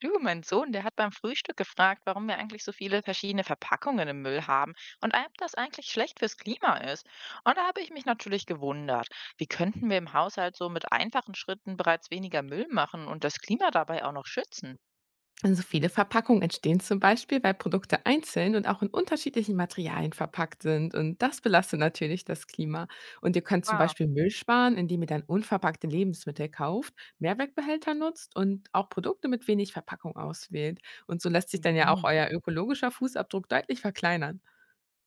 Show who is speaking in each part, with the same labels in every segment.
Speaker 1: Du, mein Sohn, der hat beim Frühstück gefragt, warum wir eigentlich so viele verschiedene Verpackungen im Müll haben und ob das eigentlich schlecht fürs Klima ist. Und da habe ich mich natürlich gewundert, wie könnten wir im Haushalt so mit einfachen Schritten bereits weniger Müll machen und das Klima dabei auch noch schützen?
Speaker 2: Also viele Verpackungen entstehen zum Beispiel, weil Produkte einzeln und auch in unterschiedlichen Materialien verpackt sind. Und das belastet natürlich das Klima. Und ihr könnt zum
Speaker 1: Klar.
Speaker 2: Beispiel Müll sparen, indem ihr dann unverpackte Lebensmittel kauft, Mehrwegbehälter nutzt und auch Produkte mit wenig Verpackung auswählt. Und so lässt sich dann ja auch
Speaker 1: Mhm.
Speaker 2: euer ökologischer Fußabdruck deutlich verkleinern.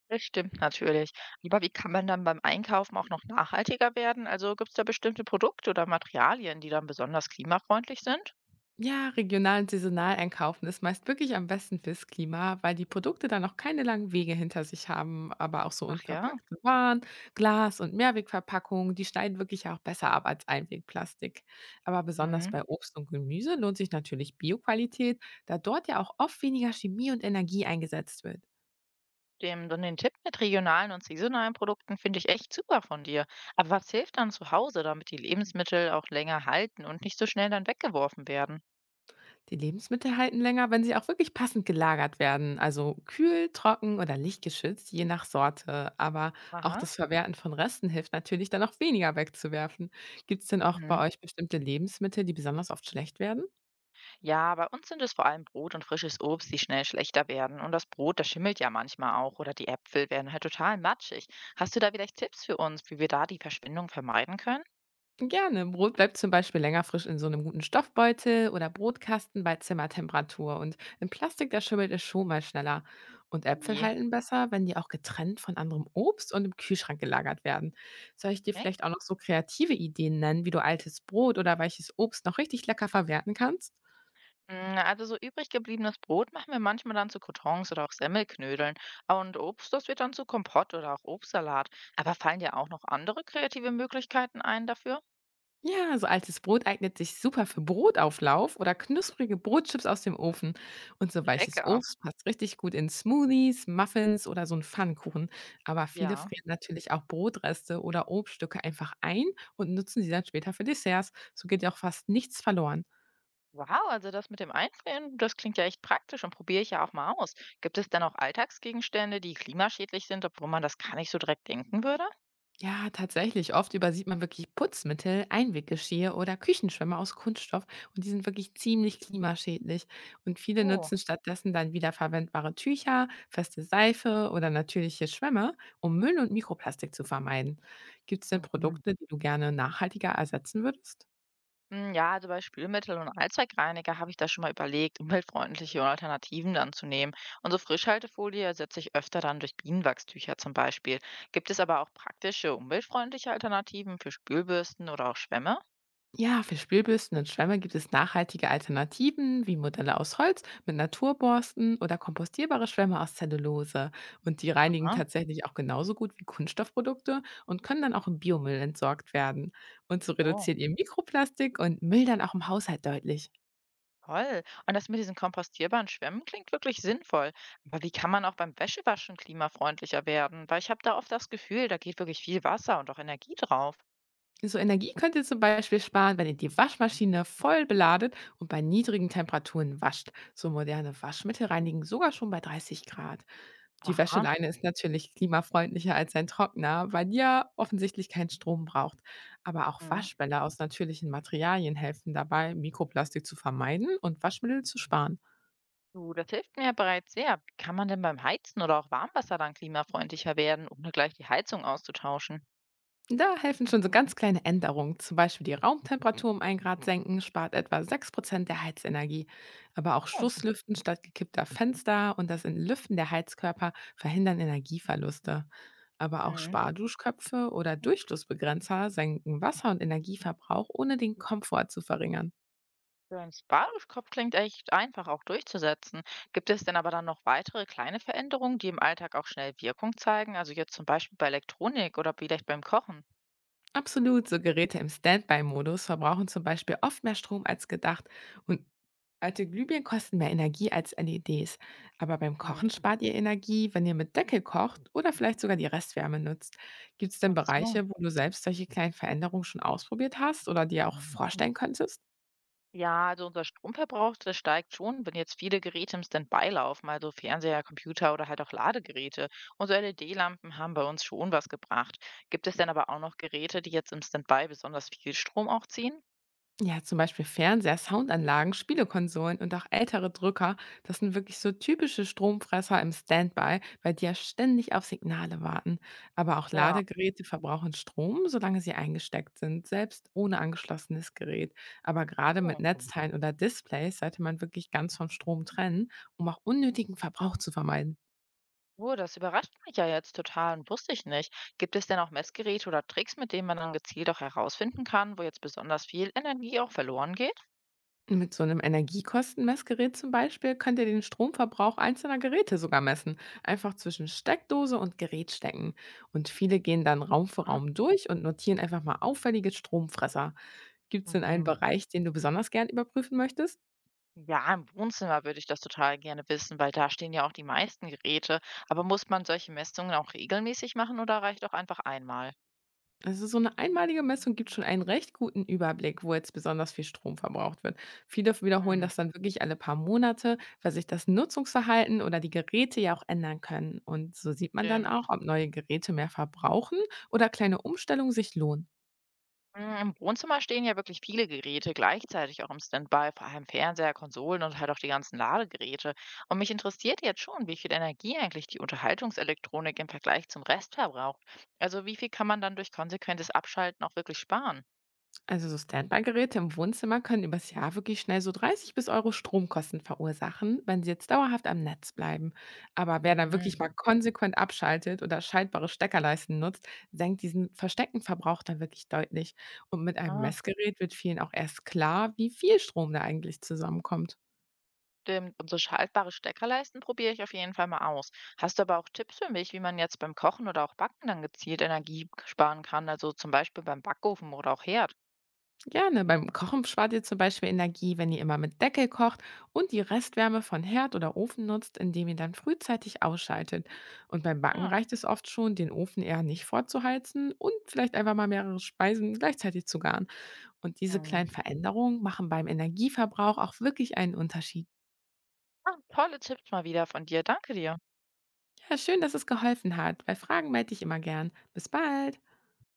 Speaker 1: Das stimmt natürlich. Aber wie kann man dann beim Einkaufen auch noch nachhaltiger werden? Also gibt es da bestimmte Produkte oder Materialien, die dann besonders klimafreundlich sind?
Speaker 2: Ja, regional und saisonal einkaufen ist meist wirklich am besten fürs Klima, weil die Produkte dann auch keine langen Wege hinter sich haben, aber auch so
Speaker 1: Ach ja.
Speaker 2: unverpackte Waren, Glas- und Mehrwegverpackungen, die schneiden wirklich auch besser ab als Einwegplastik. Aber besonders bei Obst und Gemüse lohnt sich natürlich Bioqualität, da dort ja auch oft weniger Chemie und Energie eingesetzt wird.
Speaker 1: Dem, dann den Tipp mit regionalen und saisonalen Produkten finde ich echt super von dir. Aber was hilft dann zu Hause, damit die Lebensmittel auch länger halten und nicht so schnell dann weggeworfen werden?
Speaker 2: Die Lebensmittel halten länger, wenn sie auch wirklich passend gelagert werden, also kühl, trocken oder lichtgeschützt, je nach Sorte. Aber auch
Speaker 1: Aha.
Speaker 2: das Verwerten von Resten hilft natürlich dann auch weniger wegzuwerfen. Gibt es denn auch bei
Speaker 1: Mhm.
Speaker 2: euch bestimmte Lebensmittel, die besonders oft schlecht werden?
Speaker 1: Ja, bei uns sind es vor allem Brot und frisches Obst, die schnell schlechter werden. Und das Brot, das schimmelt ja manchmal auch. Oder die Äpfel werden halt total matschig. Hast du da vielleicht Tipps für uns, wie wir da die Verschwendung vermeiden können?
Speaker 2: Gerne. Brot bleibt zum Beispiel länger frisch in so einem guten Stoffbeutel oder Brotkasten bei Zimmertemperatur. Und im Plastik, da schimmelt es schon mal schneller. Und Äpfel
Speaker 1: Wie?
Speaker 2: halten besser, wenn die auch getrennt von anderem Obst und im Kühlschrank gelagert werden. Soll ich dir vielleicht auch
Speaker 1: Echt?
Speaker 2: noch so kreative Ideen nennen, wie du altes Brot oder weiches Obst noch richtig lecker verwerten kannst?
Speaker 1: Also so übrig gebliebenes Brot machen wir manchmal dann zu Croutons oder auch Semmelknödeln. Und Obst, das wird dann zu Kompott oder auch Obstsalat. Aber fallen dir auch noch andere kreative Möglichkeiten ein dafür?
Speaker 2: Ja, so altes Brot eignet sich super für Brotauflauf oder knusprige Brotchips aus dem Ofen. Und so weiches
Speaker 1: Lecker.
Speaker 2: Obst passt richtig gut in Smoothies, Muffins oder so einen Pfannkuchen. Aber viele
Speaker 1: Ja.
Speaker 2: frieren natürlich auch Brotreste oder Obststücke einfach ein und nutzen sie dann später für Desserts. So geht ja auch fast nichts verloren.
Speaker 1: Wow, also das mit dem Einfrieren, das klingt ja echt praktisch und probiere ich ja auch mal aus. Gibt es denn auch Alltagsgegenstände, die klimaschädlich sind, obwohl man das gar nicht so direkt denken würde?
Speaker 2: Ja, tatsächlich. Oft übersieht man wirklich Putzmittel, Einweggeschirr oder Küchenschwämme aus Kunststoff und die sind wirklich ziemlich klimaschädlich. Und viele
Speaker 1: Oh.
Speaker 2: nutzen stattdessen dann wiederverwendbare Tücher, feste Seife oder natürliche Schwämme, um Müll und Mikroplastik zu vermeiden. Gibt es denn
Speaker 1: Mhm.
Speaker 2: Produkte, die du gerne nachhaltiger ersetzen würdest?
Speaker 1: Hm, ja, also bei Spülmittel und Allzweckreiniger habe ich da schon mal überlegt, umweltfreundliche Alternativen dann zu nehmen. Und so Frischhaltefolie ersetze ich öfter dann durch Bienenwachstücher zum Beispiel. Gibt es aber auch praktische, umweltfreundliche Alternativen für Spülbürsten oder auch Schwämme?
Speaker 2: Ja, für Spielbüsten und Schwämme gibt es nachhaltige Alternativen wie Modelle aus Holz mit Naturborsten oder kompostierbare Schwämme aus Zellulose. Und die reinigen
Speaker 1: Aha.
Speaker 2: tatsächlich auch genauso gut wie Kunststoffprodukte und können dann auch im Biomüll entsorgt werden. Und so
Speaker 1: Oh,
Speaker 2: reduziert ihr Mikroplastik und Müll dann auch im Haushalt deutlich.
Speaker 1: toll. Und das mit diesen kompostierbaren Schwämmen klingt wirklich sinnvoll. Aber wie kann man auch beim Wäschewaschen klimafreundlicher werden? Weil ich habe da oft das Gefühl, da geht wirklich viel Wasser und auch Energie drauf.
Speaker 2: So Energie könnt ihr zum Beispiel sparen, wenn ihr die Waschmaschine voll beladet und bei niedrigen Temperaturen wascht. So moderne Waschmittel reinigen sogar schon bei 30 Grad. Die
Speaker 1: Aha.
Speaker 2: Wäscheleine ist natürlich klimafreundlicher als ein Trockner, weil die ja offensichtlich keinen Strom braucht. Aber auch Waschbälle aus natürlichen Materialien helfen dabei, Mikroplastik zu vermeiden und Waschmittel zu sparen.
Speaker 1: Du, das hilft mir ja bereits sehr. Wie kann man denn beim Heizen oder auch Warmwasser dann klimafreundlicher werden, ohne gleich die Heizung auszutauschen?
Speaker 2: Da helfen schon so ganz kleine Änderungen, zum Beispiel die Raumtemperatur um 1 Grad senken, spart etwa 6% der Heizenergie. Aber auch
Speaker 1: Oh.
Speaker 2: Stoßlüften statt gekippter Fenster und das Entlüften der Heizkörper verhindern Energieverluste. Aber auch
Speaker 1: Mhm.
Speaker 2: Sparduschköpfe oder Durchflussbegrenzer senken Wasser- und Energieverbrauch, ohne den Komfort zu verringern.
Speaker 1: Für einen Spa-Duschkopf klingt echt einfach auch durchzusetzen. Gibt es denn aber dann noch weitere kleine Veränderungen, die im Alltag auch schnell Wirkung zeigen? Also jetzt zum Beispiel bei Elektronik oder vielleicht beim Kochen?
Speaker 2: Absolut, so Geräte im Standby-Modus verbrauchen zum Beispiel oft mehr Strom als gedacht und alte Glühbirnen kosten mehr Energie als LEDs. Aber beim Kochen
Speaker 1: Mhm.
Speaker 2: spart ihr Energie, wenn ihr mit Deckel kocht oder vielleicht sogar die Restwärme nutzt. Gibt es denn
Speaker 1: Ach so.
Speaker 2: Bereiche, wo du selbst solche kleinen Veränderungen schon ausprobiert hast oder dir auch vorstellen könntest?
Speaker 1: Ja, also unser Stromverbrauch, der steigt schon, wenn jetzt viele Geräte im Standby laufen, also Fernseher, Computer oder halt auch Ladegeräte. Und so LED-Lampen haben bei uns schon was gebracht. Gibt es denn aber auch noch Geräte, die jetzt im Standby besonders viel Strom auch ziehen?
Speaker 2: Ja, zum Beispiel Fernseher, Soundanlagen, Spielekonsolen und auch ältere Drücker, das sind wirklich so typische Stromfresser im Standby, weil die ja ständig auf Signale warten. Aber auch
Speaker 1: Ja.
Speaker 2: Ladegeräte verbrauchen Strom, solange sie eingesteckt sind, selbst ohne angeschlossenes Gerät. Aber gerade mit
Speaker 1: Oh,
Speaker 2: Netzteilen oder Displays sollte man wirklich ganz vom Strom trennen, um auch unnötigen Verbrauch zu vermeiden.
Speaker 1: oh, das überrascht mich ja jetzt total und wusste ich nicht. Gibt es denn auch Messgeräte oder Tricks, mit denen man dann gezielt auch herausfinden kann, wo jetzt besonders viel Energie auch verloren geht?
Speaker 2: Mit so einem Energiekostenmessgerät zum Beispiel könnt ihr den Stromverbrauch einzelner Geräte sogar messen, einfach zwischen Steckdose und Gerät stecken. Und viele gehen dann Raum für
Speaker 1: Ah.
Speaker 2: Raum durch und notieren einfach mal auffällige Stromfresser. Gibt es denn einen
Speaker 1: Mhm.
Speaker 2: Bereich, den du besonders gern überprüfen möchtest?
Speaker 1: Ja, im Wohnzimmer würde ich das total gerne wissen, weil da stehen ja auch die meisten Geräte. Aber muss man solche Messungen auch regelmäßig machen oder reicht auch einfach einmal?
Speaker 2: Also so eine einmalige Messung gibt schon einen recht guten Überblick, wo jetzt besonders viel Strom verbraucht wird. Viele wiederholen
Speaker 1: Hm,
Speaker 2: das dann wirklich alle paar Monate, weil sich das Nutzungsverhalten oder die Geräte ja auch ändern können. Und so sieht man dann auch,
Speaker 1: stimmt.
Speaker 2: ob neue Geräte mehr verbrauchen oder kleine Umstellungen sich lohnen.
Speaker 1: Hm, im Wohnzimmer stehen ja wirklich viele Geräte gleichzeitig auch im Standby, vor allem Fernseher, Konsolen und halt auch die ganzen Ladegeräte. Und mich interessiert jetzt schon, wie viel Energie eigentlich die Unterhaltungselektronik im Vergleich zum Rest verbraucht. Also wie viel kann man dann durch konsequentes Abschalten auch wirklich sparen?
Speaker 2: Also so Standby-Geräte im Wohnzimmer können übers Jahr wirklich schnell so 30 bis Euro Stromkosten verursachen, wenn sie jetzt dauerhaft am Netz bleiben. Aber wer dann wirklich
Speaker 1: Mhm.
Speaker 2: mal konsequent abschaltet oder schaltbare Steckerleisten nutzt, senkt diesen versteckten Verbrauch dann wirklich deutlich. Und mit einem Messgerät wird vielen auch erst klar, wie viel Strom da eigentlich zusammenkommt.
Speaker 1: Stimmt, und so schaltbare Steckerleisten probiere ich auf jeden Fall mal aus. Hast du aber auch Tipps für mich, wie man jetzt beim Kochen oder auch Backen dann gezielt Energie sparen kann? Also zum Beispiel beim Backofen oder auch Herd.
Speaker 2: Gerne. Beim Kochen spart ihr zum Beispiel Energie, wenn ihr immer mit Deckel kocht und die Restwärme von Herd oder Ofen nutzt, indem ihr dann frühzeitig ausschaltet. Und beim Backen
Speaker 1: Ah,
Speaker 2: reicht es oft schon, den Ofen eher nicht vorzuheizen und vielleicht einfach mal mehrere Speisen gleichzeitig zu garen. Und diese kleinen
Speaker 1: mhm,
Speaker 2: Veränderungen machen beim Energieverbrauch auch wirklich einen Unterschied.
Speaker 1: ah, tolle Tipps mal wieder von dir. Danke dir.
Speaker 2: Ja, schön, dass es geholfen hat. Bei Fragen melde ich immer gern. Bis bald.